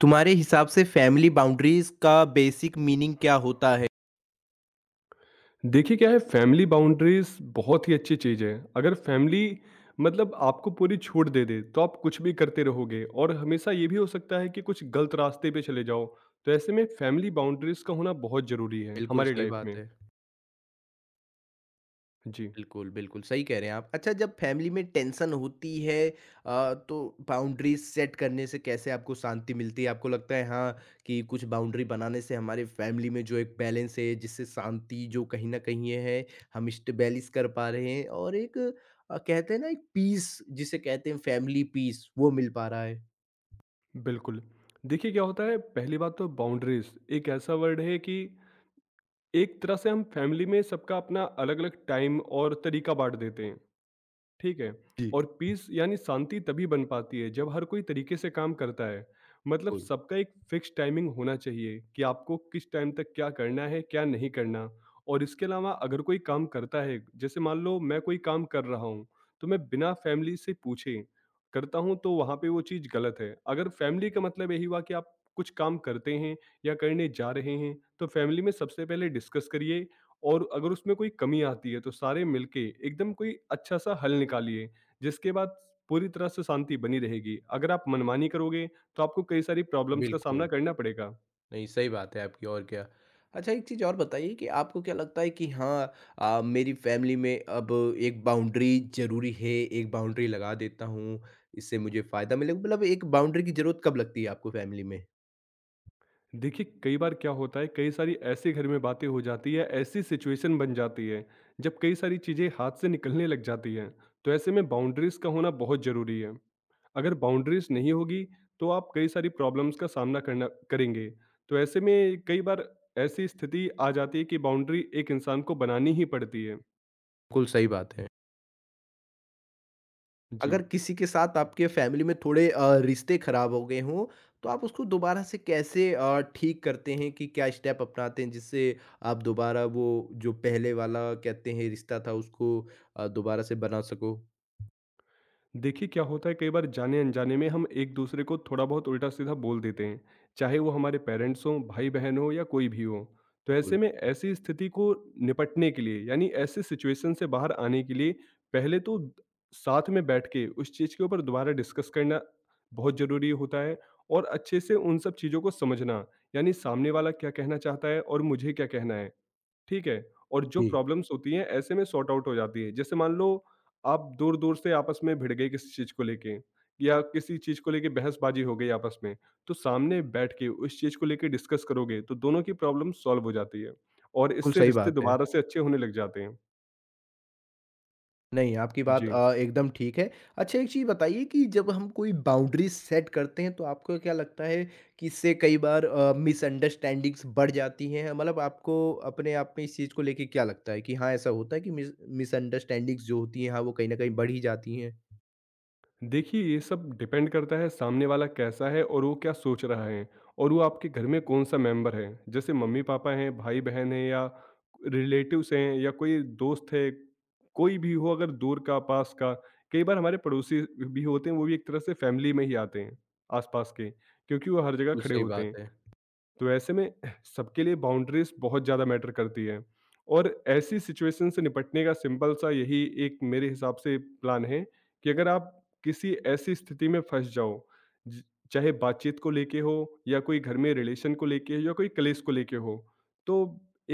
तुम्हारे हिसाब से फैमिली बाउंड्रीज़ का बेसिक मीनिंग क्या होता है? देखिए, क्या है फैमिली बाउंड्रीज बहुत ही अच्छी चीज़ है। अगर फैमिली मतलब आपको पूरी छूट दे दे, तो आप कुछ भी करते रहोगे, और हमेशा ये भी हो सकता है कि कुछ गलत रास्ते पे चले जाओ। तो ऐसे में फैमिली बाउंड्रीज का होना बहुत ज़रूरी है बिल्कुल, हमारी सही लाइफ बात में। है। जी, बिल्कुल, बिल्कुल, सही कह रहे हैं आप। अच्छा, जब फैमिली में टेंशन होती है तो बाउंड्रीज़ सेट करने से कैसे आपको शांति मिलती है? आपको लगता है हाँ, कि कुछ बाउंड्री बनाने से हमारे फैमिली में जो एक बैलेंस है जिससे शांति जो कहीं न कहीं ये है, हम स्टेबलिश कर पा रहे हैं और एक कहते हैं ना एक पीस जिसे कहते हैं फैमिली पीस वो मिल पा रहा है। बिल्कुल। देखिए, क्या होता है, पहली बात तो बाउंड्रीज एक ऐसा वर्ड है कि एक तरह से हम फैमिली में सबका अपना अलग-अलग टाइम और तरीका बाँट देते हैं। ठीक है। जी, और पीस यानी शांति तभी बन पाती है जब हर कोई तरीके से काम करता है। मतलब बिल्कुल, सबका एक फिक्स टाइमिंग होना चाहिए कि आपको किस टाइम तक क्या करना है, क्या नहीं करना। और इसके अलावा अगर कोई काम करता है, जैसे मान लो मैं कोई काम कर रहा हूँ तो मैं बिना फैमिली से पूछे करता हूँ, तो वहाँ पे वो चीज़ गलत है। अगर फैमिली का मतलब यही हुआ कि आप कुछ काम करते हैं या करने जा रहे हैं, तो फैमिली में सबसे पहले डिस्कस करिए। और अगर उसमें कोई कमी आती है, तो सारे मिलके एकदम कोई अच्छा-सा हल निकालिए, जिसके बाद पूरी तरह से शांति बनी रहेगी। अगर आप मनमानी करोगे, तो आपको कई सारी प्रॉब्लम्स का सामना बिल्कुल। करना पड़ेगा। नहीं, सही बात है आपकी और क्या। अच्छा, एक चीज़ और बताइए कि आपको क्या लगता है कि हाँ, मेरी फ़ैमिली में अब एक बाउंड्री ज़रूरी है, एक बाउंड्री लगा देता हूँ, इससे मुझे फ़ायदा मिलेगा, मतलब एक बाउंड्री की ज़रूरत कब लगती है आपको फ़ैमिली में? देखिए, कई बार क्या होता है, कई सारी ऐसे घर में बातें हो जाती है, ऐसी सिचुएशन बन जाती है, जब कई सारी चीज़ें हाथ से निकलने लग जाती हैं, तो ऐसे में बाउंड्रीज़ का होना बहुत ज़रूरी है। अगर बाउंड्रीज़ नहीं होगी, तो आप कई सारी प्रॉब्लम्स का सामना करना करेंगे। तो ऐसे में कई बार ऐसी स्थिति आ जाती है कि बाउंड्री एक इंसान को बनानी ही पड़ती है। बिल्कुल सही बात है। जी। अगर किसी के साथ आपके फ़ैमिली में थोड़े रिश्ते ख़राब हो गए हों, तो आप उसको दोबारा से कैसे ठीक करते हैं कि क्या स्टेप अपनाते हैं, जिससे आप दोबारा वो जो पहले वाला कहते हैं रिश्ता था उसको दोबारा से बना सको? देखिए, क्या होता है, कई बार जाने अनजाने में हम एक दूसरे को थोड़ा बहुत उल्टा सीधा बोल देते हैं, चाहे वो हमारे पेरेंट्स हों, भाई बहन हो, या कोई भी हो। तो बिल्कुल। ऐसे में ऐसी स्थिति को निपटने के लिए, यानी ऐसे सिचुएशन से बाहर आने के लिए, पहले तो साथ में बैठ के उस चीज़ के ऊपर दोबारा डिस्कस करना बहुत ज़रूरी होता है। और अच्छे से उन सब चीज़ों को समझना, यानी सामने वाला क्या कहना चाहता है और मुझे क्या कहना है, ठीक है? और जो जी। प्रॉब्लम्स होती हैं, ऐसे में सॉर्ट आउट हो जाती है। जैसे मान लो, आप दूर-दूर से आपस में भिड़ गए किसी चीज़ को लेके, या किसी चीज़ को लेके बहसबाजी हो गई आपस में, तो सामने बैठ के उस चीज़ को लेके डिस्कस करोगे तो दोनों की प्रॉब्लम सॉल्व हो जाती है, और बिल्कुल इससे सही रिश्ते बात है। दोबारा से अच्छे होने लग जाते हैं। नहीं, आपकी बात जी। एकदम ठीक है। अच्छा, एक चीज़ बताइए कि जब हम कोई बाउंड्रीज़ सेट करते हैं तो आपको क्या लगता है कि इससे कई बार मिसअंडरस्टैंडिंग्स बढ़ जाती हैं? मतलब आपको अपने आप में इस चीज़ को लेके क्या लगता है कि हाँ, ऐसा होता है कि मिसअंडरस्टैंडिंग्स जो होती हैं हाँ, वो कहीं न कहीं बढ़ ही जाती हैं? देखिए, ये सब डिपेंड करता है सामने वाला कैसा है और वो क्या सोच रहा है, और वो आपके घर में कौन-सा मेंबर है। जैसे मम्मी-पापा हैं, भाई-बहन हैं, या रिलेटिव्स हैं, या कोई दोस्त है, कोई भी हो, अगर दूर का, पास का। कई बार हमारे पड़ोसी भी होते हैं, वो भी एक तरह से फैमिली में ही आते हैं, आस-पास के, क्योंकि वो हर जगह बिल्कुल खड़े सही होते बात हैं। है। तो ऐसे में सबके लिए बाउंड्रीज बहुत ज़्यादा मैटर करती है, और ऐसी सिचुएशन से निपटने का सिंपल सा यही एक मेरे हिसाब से प्लान है कि अगर आप किसी ऐसी स्थिति में फंस जाओ, ज- चाहे बातचीत को लेके हो, या कोई घर में रिलेशन को लेके हो, या कोई कलेश को लेके हो, तो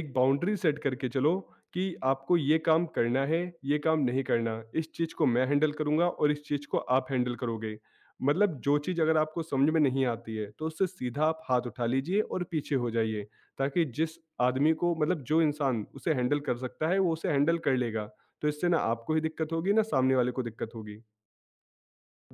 एक बाउंड्री सेट करके चलो कि आपको ये काम करना है, ये काम नहीं करना, इस चीज़ को मैं हैंडल करूंगा और इस चीज़ को आप हैंडल करोगे। मतलब जो चीज़ अगर आपको समझ में नहीं आती है, तो उससे सीधा आप हाथ उठा लीजिए और पीछे हो जाइए, ताकि जिस आदमी को, मतलब जो इंसान उसे हैंडल कर सकता है, वो उसे हैंडल कर लेगा। तो इससे ना आपको ही दिक्कत होगी, ना सामने वाले को दिक्कत होगी।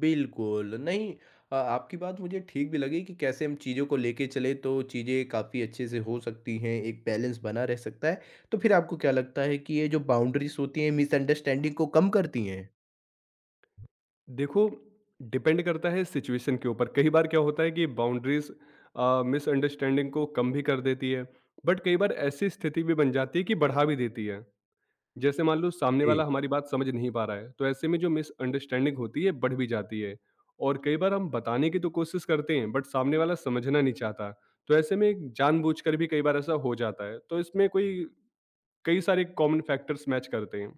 बिल्कुल, नहीं, आपकी बात मुझे ठीक भी लगी कि कैसे हम चीज़ों को लेके चले तो चीज़ें काफ़ी अच्छे से हो सकती हैं, एक बैलेंस बना रह सकता है। तो फिर आपको क्या लगता है कि ये जो बाउंड्रीज़ होती हैं, मिसअंडरस्टैंडिंग को कम करती हैं? देखो, डिपेंड करता है सिचुएशन के ऊपर। कई बार क्या होता है कि बाउंड्रीज मिसअंडरस्टैंडिंग को कम भी कर देती है, बट कई बार ऐसी स्थिति भी बन जाती है कि बढ़ा भी देती है। जैसे मान लो, सामने जी, वाला हमारी बात समझ नहीं पा रहा है, तो ऐसे में जो मिसअंडरस्टैंडिंग होती है बढ़ भी जाती है। और कई बार हम बताने की तो कोशिश करते हैं, बट सामने वाला समझना नहीं चाहता, तो ऐसे में जानबूझकर भी कई बार ऐसा हो जाता है, तो इसमें कोई कई सारे कॉमन फैक्टर्स मैच करते हैं।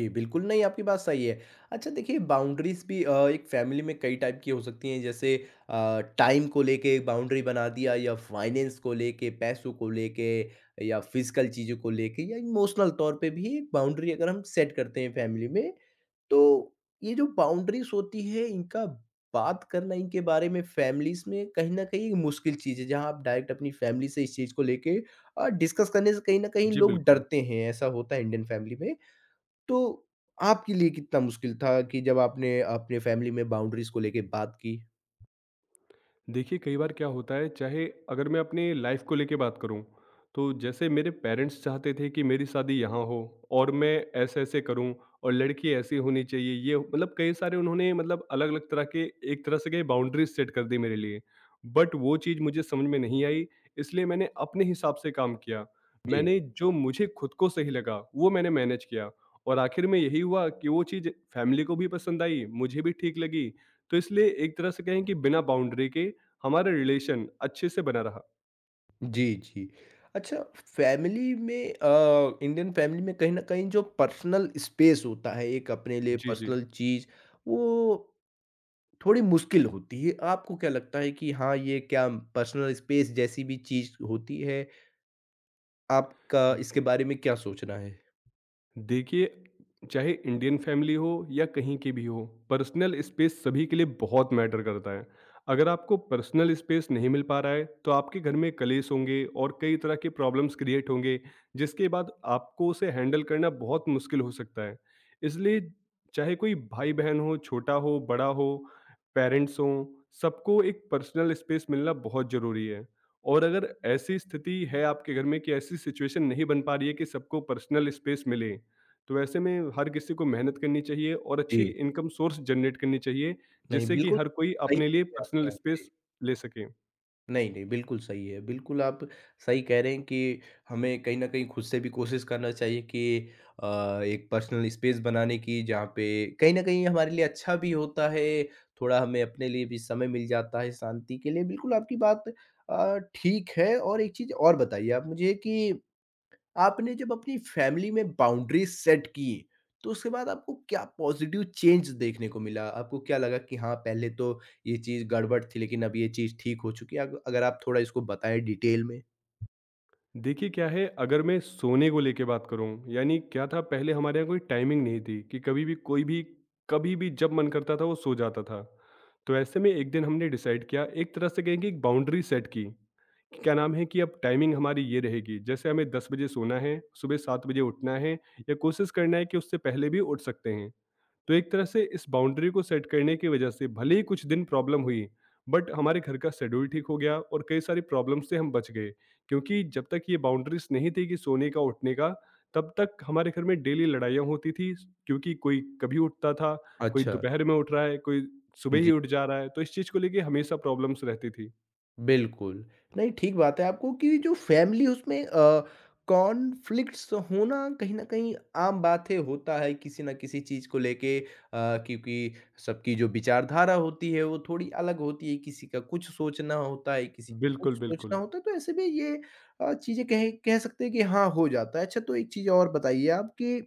जी, बिल्कुल, नहीं, आपकी बात सही है। अच्छा, देखिए बाउंड्रीज़ भी एक फ़ैमिली में कई टाइप की हो सकती हैं, जैसे टाइम को लेके एक बाउंड्री बना दिया या फाइनेंस को लेके, पैसों को लेके या फिज़िकल चीज़ों को लेके या इमोशनल तौर पे भी एक बाउंड्री अगर हम सेट करते हैं फैमिली में, तो ये जो बाउंड्रीज़ होती है इनका बात करना इनके बारे में फैमिलीज़ में कहीं न कहीं एक मुश्किल चीज़ है, जहाँ आप डायरेक्ट अपनी फैमिली से इस चीज़ को लेके डिस्कस करने से कहीं न कहीं जी, लोग बिल्कुल। डरते हैं, ऐसा होता है इंडियन फैमिली में। तो आपके लिए कितना मुश्किल था कि जब आपने अपने फैमिली में बाउंड्रीज़ को लेके बात की? देखिए, कई बार क्या होता है, चाहे अगर मैं अपनी लाइफ़ को लेके बात करूँ, तो जैसे मेरे पेरेंट्स चाहते थे कि मेरी शादी यहाँ हो और मैं ऐसे-ऐसे करूँ और लड़की ऐसी होनी चाहिए, ये मतलब कई सारे उन्होंने, मतलब अलग-अलग तरह के एक तरह से कहीं बाउंड्रीज़ सेट कर दी मेरे लिए। बट वो चीज़ मुझे समझ में नहीं आई, इसलिए मैंने अपने हिसाब से काम किया। जी। मैंने जो मुझे खुद को सही लगा, वो मैंने मैनेज किया, और आखिर में यही हुआ कि वो चीज़ फैमिली को भी पसंद आई, मुझे भी ठीक लगी। तो इसलिए एक तरह से कहें कि बिना बाउंड्री के हमारा रिलेशन अच्छे से बना रहा। जी, जी। अच्छा, फैमिली में इंडियन फैमिली में कहीं न कहीं जो पर्सनल स्पेस होता है, एक अपने लिए जी, जी। पर्सनल चीज़, वो थोड़ी मुश्किल होती है। आपको क्या लगता है कि हाँ, ये क्या पर्सनल स्पेस जैसी भी चीज़ होती है? आपका इसके बारे में क्या सोचना है? देखिए, चाहे इंडियन फैमिली हो या कहीं की भी हो, पर्सनल स्पेस सभी के लिए बहुत मैटर करता है। अगर आपको पर्सनल स्पेस नहीं मिल पा रहा है, तो आपके घर में कलेश होंगे और कई तरह के प्रॉब्लम्स क्रिएट होंगे, जिसके बाद आपको उसे हैंडल करना बहुत मुश्किल हो सकता है। इसलिए चाहे कोई भाई-बहन हो, छोटा हो, बड़ा हो, पेरेंट्स हों, सबको एक पर्सनल स्पेस मिलना बहुत ज़रूरी है। और अगर ऐसी स्थिति है आपके घर में कि ऐसी सिचुएशन नहीं बन पा रही है कि सबको पर्सनल स्पेस मिले, तो ऐसे में हर किसी को मेहनत करनी चाहिए और अच्छी जी, इनकम सोर्स जनरेट करनी चाहिए, नहीं जिससे कि बिल्कुल हर कोई सही अपने लिए है पर्सनल आपका जी। स्पेस ले सके। नहीं, नहीं बिल्कुल सही है। बिल्कुल आप सही कह रहे हैं कि हमें कहीं न कहीं खुद से भी कोशिश करना चाहिए कि अ, एक पर्सनल स्पेस बनाने की, जहाँ पे कहीं न कहीं हमारे लिए अच्छा भी होता है, थोड़ा हमें अपने लिए भी समय मिल जाता है शांति के लिए। बिल्कुल आपकी बात ठीक है। और एक चीज़ और बताइए आप मुझे कि आपने जब अपनी फैमिली में बाउंड्रीज सेट की, तो उसके बाद आपको क्या पॉजिटिव चेंज देखने को मिला? आपको क्या लगा कि हाँ, पहले तो ये चीज़ गड़बड़ थी लेकिन अब ये चीज़ ठीक हो चुकी है? अग अगर आप थोड़ा इसको बताएँ डिटेल में। देखिए, क्या है, अगर मैं सोने को लेके बात करूँ, यानी क्या था पहले हमारे यहाँ कोई टाइमिंग नहीं थी कि कभी भी कोई भी, कभी भी जब मन करता था वो सो जाता था। तो ऐसे में एक दिन हमने डिसाइड किया, एक तरह से कहेंगे एक बाउंड्री सेट की, कि क्या नाम है कि अब टाइमिंग हमारी ये रहेगी, जैसे हमें 10 बजे सोना है, सुबह 7 बजे उठना है, या कोशिश करना है कि उससे पहले भी उठ सकते हैं। तो एक तरह से इस बाउंड्री को सेट करने की वजह से भले ही कुछ दिन प्रॉब्लम हुई, बट हमारे घर का शेड्यूल ठीक हो गया और कई सारी प्रॉब्लम से हम बच गए, क्योंकि जब तक ये बाउंड्रीज नहीं थी कि सोने का उठने का, तब तक हमारे घर में डेली लड़ाइयाँ होती थी, क्योंकि कोई कभी उठता था, कोई अच्छा। दोपहर में उठ रहा है, कोई सुबह ही उठ जा रहा है, तो इस चीज़ को लेके हमेशा प्रॉब्लम्स रहती थी। बिल्कुल। नहीं, ठीक बात है आपको कि जो फ़ैमिली उसमें कॉन्फ्लिक्ट्स होना कहीं न कहीं आम बात है, होता है किसी न किसी चीज़ को लेके, क्योंकि सबकी जो विचारधारा होती है, वो थोड़ी अलग होती है, किसी का कुछ सोचना होता है, किसी का कुछ बिल्कुल, सोचना बिल्कुल। होता है, तो ऐसे में ये चीज़ें कह कह सकते हैं कि हाँ, हो जाता है। अच्छा, तो एक चीज़ और बताइए आप कि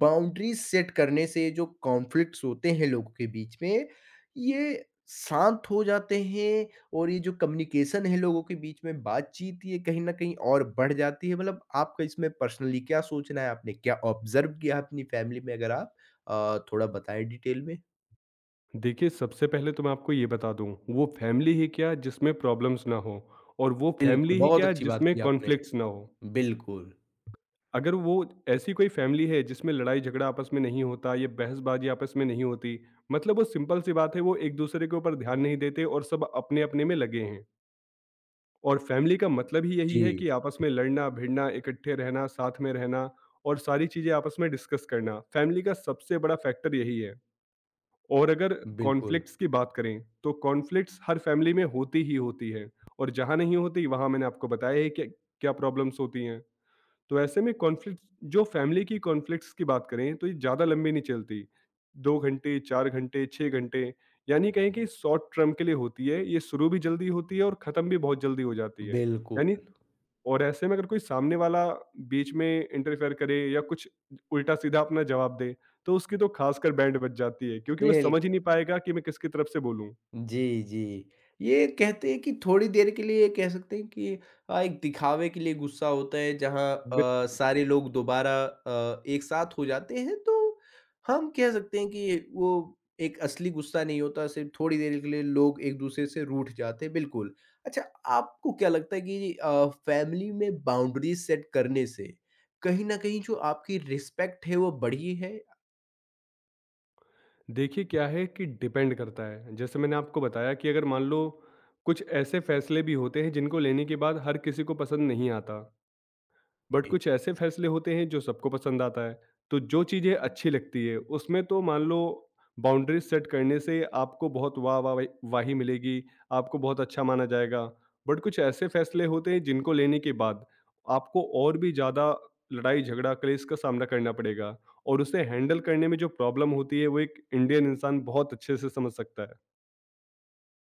बाउंड्रीज सेट करने से जो कॉन्फ्लिक्ट्स होते हैं लोगों के बीच में, ये शांत हो जाते हैं और ये जो कम्युनिकेशन है लोगों के बीच में बातचीत ये कहीं न कहीं और बढ़ जाती है। मतलब आपका इसमें पर्सनली क्या सोचना है? आपने क्या ऑब्ज़र्व किया है अपनी फैमिली में? अगर आप थोड़ा बताएँ डिटेल में। देखिए, सबसे पहले तो मैं आपको ये बता दूं, वो फैमिली ही क्या जिसमें प्रॉब्लम्स ना हो, और वो बिल्कुल, फैमिली ही बहुत क्या अच्छी बात जिसमें कही आपने। कॉन्फ्लिक्ट्स ना हो। बिल्कुल। अगर वो ऐसी कोई फैमिली है जिसमें लड़ाई झगड़ा आपस में नहीं होता, ये बहसबाजी आपस में नहीं होती, मतलब वो सिंपल सी बात है, वो एक दूसरे के ऊपर ध्यान नहीं देते और सब अपने अपने में लगे हैं। और फैमिली का मतलब ही यही है जी, कि आपस में लड़ना भिड़ना, इकट्ठे रहना, साथ में रहना, और सारी चीज़ें आपस में डिस्कस करना, फैमिली का सबसे बड़ा फैक्टर यही है। और अगर बिल्कुल, कॉन्फ्लिक्ट्स की बात करें, तो कॉन्फ्लिक्ट्स हर फैमिली में होती ही होती है, और जहाँ नहीं होती वहाँ मैंने आपको बताया है कि क्या प्रॉब्लम्स होती हैं। तो ऐसे में कॉन्फ्लिक्ट, जो फैमिली की कॉन्फ्लिक्ट्स की बात करें, तो ये ज़्यादा लंबी नहीं चलती। 2 घंटे, 4 घंटे, 6 घंटे, यानी कहें कि शॉर्ट टर्म के लिए होती है। ये शुरू भी जल्दी होती है, और ख़त्म भी बहुत जल्दी हो जाती है। बिल्कुल, यानी, और ऐसे में अगर कोई सामने वाला बीच में इंटरफेयर करे, या कुछ उल्टा-सीधा अपना जवाब दे, तो उसकी तो ख़ासकर बैंड बज जाती है, क्योंकि वो बिल समझ ही नहीं पाएगा कि मैं किसकी तरफ से बोलूँ। जी, जी। ये कहते हैं कि थोड़ी देर के लिए कह सकते हैं कि एक दिखावे के लिए गुस्सा होता है, जहाँ सारे लोग दोबारा एक साथ हो जाते हैं, तो हम कह सकते हैं कि वो एक असली गुस्सा नहीं होता, सिर्फ़ थोड़ी देर के लिए लोग एक-दूसरे से रूठ जाते हैं, बिल्कुल। अच्छा, आपको क्या लगता है कि फ़ैमिली में बाउंड्रीज़ सेट करने से कहीं न कहीं जो आपकी रिस्पेक्ट है वो बढ़ी है? देखिए, क्या है कि डिपेंड करता है, जैसे मैंने आपको बताया कि अगर मान लो कुछ ऐसे फैसले भी होते हैं जिनको लेने के बाद हर किसी को पसंद नहीं आता, बट कुछ ऐसे फैसले होते हैं जो सबको पसंद आता है, तो जो चीज़ें अच्छी लगती है उसमें तो मान लो बाउंड्रीज सेट करने से आपको बहुत वाह वाह वाही वाही मिलेगी, आपको बहुत अच्छा माना जाएगा। बट कुछ ऐसे फैसले होते हैं जिनको लेने के बाद आपको और भी ज़्यादा लड़ाई झगड़ा क्लेश का सामना करना पड़ेगा, और उसे हैंडल करने में जो प्रॉब्लम होती है वो एक इंडियन इंसान बहुत अच्छे से समझ सकता है।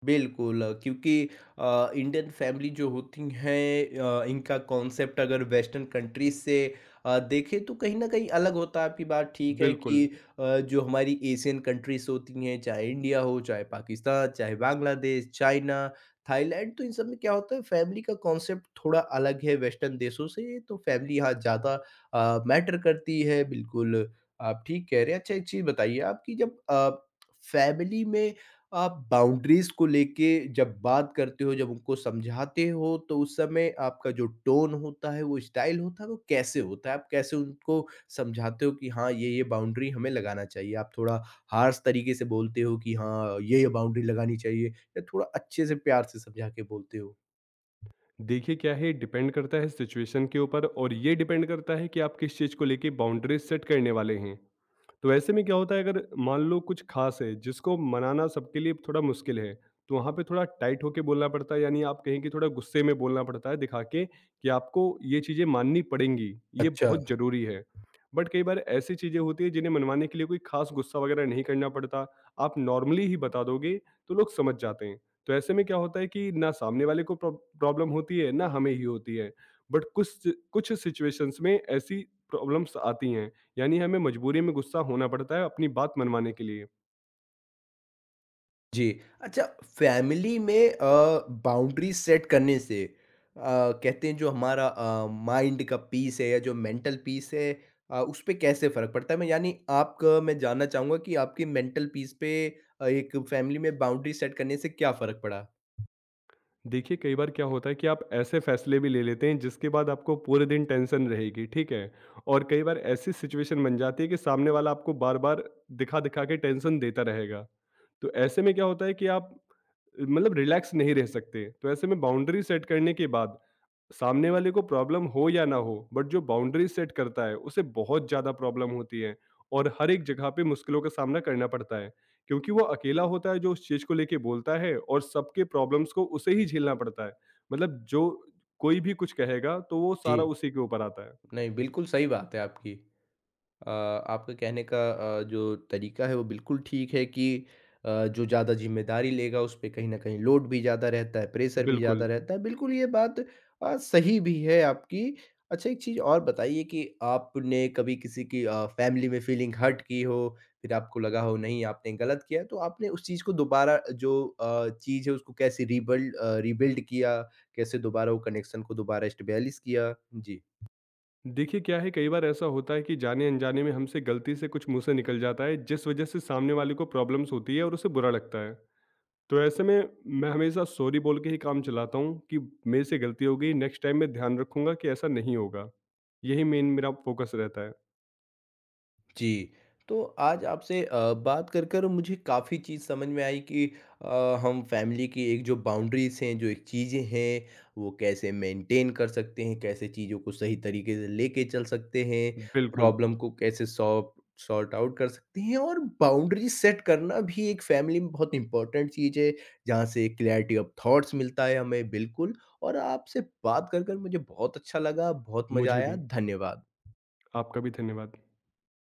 बिल्कुल, क्योंकि इंडियन फैमिली जो होती हैं इनका कॉन्सेप्ट अगर वेस्टर्न कंट्रीज़ से देखें, तो कहीं न कहीं अलग होता है, आपकी बात ठीक है बिल्कुल। कि जो हमारी एशियन कंट्रीज़ होती हैं, चाहे इंडिया हो, चाहे पाकिस्तान, चाहे बांग्लादेश, चाइना, थाईलैंड, तो इन सब में क्या होता है, फैमिली का कॉन्सेप्ट थोड़ा अलग है वेस्टर्न देशों से, तो फैमिली यहाँ ज़्यादा मैटर करती है, बिल्कुल आप ठीक कह रहे हैं। अच्छा, एक चीज़ बताइए आप कि जब फैमिली में आप बाउंड्रीज़ को लेके जब बात करते हो, जब उनको समझाते हो, तो उस समय आपका जो टोन होता है, वो स्टाइल होता है, वो कैसे होता है? आप कैसे उनको समझाते हो कि हाँ, ये-ये बाउंड्री हमें लगाना चाहिए? आप थोड़ा हार्श तरीके से बोलते हो कि हाँ, ये-ये बाउंड्री लगानी चाहिए या थोड़ा अच्छे से प्यार से समझा के बोलते हो? देखिए, क्या है, डिपेंड करता है सिचुएशन के ऊपर, और ये डिपेंड करता है कि आप किस चीज़ को लेके बाउंड्रीज सेट करने वाले हैं। तो ऐसे में क्या होता है, अगर मान लो कुछ खास है जिसको मनाना सबके लिए थोड़ा मुश्किल है, तो वहाँ पे थोड़ा टाइट होके बोलना पड़ता है, यानी आप कहें कि थोड़ा गुस्से में बोलना पड़ता है, दिखा के कि आपको ये चीज़ें माननी पड़ेंगी। ये अच्छा। बहुत ज़रूरी है। बट कई बार ऐसी चीज़ें होती है जिन्हें मनवाने के लिए कोई खास गुस्सा वगैरह नहीं करना पड़ता, आप नॉर्मली ही बता दोगे तो लोग समझ जाते हैं। तो ऐसे में क्या होता है कि ना सामने वाले को प्रॉब्लम होती है, ना हमें ही होती है। बट कुछ कुछ सिचुएशंस में ऐसी प्रॉब्लम्स आती हैं, यानी हमें मजबूरी में गुस्सा होना पड़ता है अपनी बात मनवाने के लिए। जी, अच्छा, फैमिली में बाउंड्री सेट करने से कहते हैं जो हमारा माइंड का पीस है या जो मेंटल पीस है, उस पे कैसे फ़र्क पड़ता है? मैं यानी आपका मैं जानना चाहूँगा कि आपकी मेंटल पीस पे एक फैमिली में बाउंड्री सेट करने से क्या फ़र्क पड़ा? देखिए, कई बार क्या होता है कि आप ऐसे फैसले भी ले लेते हैं जिसके बाद आपको पूरे दिन टेंशन रहेगी, ठीक है? और कई बार ऐसी सिचुएशन बन जाती है कि सामने वाला आपको बार-बार दिखा-दिखा के टेंशन देता रहेगा। तो ऐसे में क्या होता है कि आप मतलब रिलैक्स नहीं रह सकते। तो ऐसे में बाउंड्री सेट करने के बाद, सामने वाले को प्रॉब्लम हो या ना हो, बट जो बाउंड्रीज सेट करता है उसे बहुत ज़्यादा प्रॉब्लम होती है, और हर एक जगह पे मुश्किलों का सामना करना पड़ता है, क्योंकि वो अकेला होता है जो उस चीज़ को लेके बोलता है, और सबके प्रॉब्लम्स को उसे ही झेलना पड़ता है। मतलब जो कोई भी कुछ कहेगा, तो वो सारा जी, उसी के ऊपर आता है। नहीं बिल्कुल सही बात है आपकी। आपके कहने का जो तरीका है वो बिल्कुल ठीक है कि जो ज़्यादा ज़िम्मेदारी लेगा उस पे कहीं न कहीं लोड भी ज़्यादा रहता है, प्रेशर भी ज़्यादा बिल्कुल। रहता है। बिल्कुल ये बात सही भी है आपकी। अच्छा, एक चीज़ और बताइए कि आपने कभी किसी की फैमिली में फ़ीलिंग हर्ट की हो, फिर आपको लगा हो नहीं आपने गलत किया है, तो आपने उस चीज़ को दोबारा जो चीज़ है उसको कैसे रिबिल्ड किया? कैसे दोबारा वो कनेक्शन को दोबारा इस्टैब्लिश किया? जी। देखिए, क्या है, कई बार ऐसा होता है कि जाने अनजाने में हमसे गलती से कुछ मुंह से निकल जाता है, जिस वजह से सामने वाले को प्रॉब्लम्स होती है और उसे बुरा लगता है। तो ऐसे में मैं हमेशा सॉरी बोल के ही काम चलाता हूँ कि मेरे से गलती हो गई, नेक्स्ट टाइम मैं ध्यान रखूंगा कि ऐसा नहीं होगा। यही मेन मेरा फोकस रहता है। जी, तो आज आपसे बात कर कर मुझे काफ़ी चीज़ समझ में आई कि हम फैमिली की एक जो बाउंड्रीज़ हैं, जो एक चीज़ें हैं, वो कैसे मेंटेन कर सकते हैं, कैसे चीज़ों को सही तरीके से लेके चल सकते हैं, बिल्कुल, प्रॉब्लम को कैसे सॉर्ट सॉर्ट आउट कर सकते हैं और बाउंड्री सेट करना भी एक फैमिली में बहुत इंपॉर्टेंट चीज़ है, जहाँ से क्लैरिटी ऑफ थॉट्स मिलता है हमें, बिल्कुल। और आपसे बात कर कर मुझे बहुत अच्छा लगा, बहुत मज़ा मुझे आया, भी। धन्यवाद। आपका भी धन्यवाद।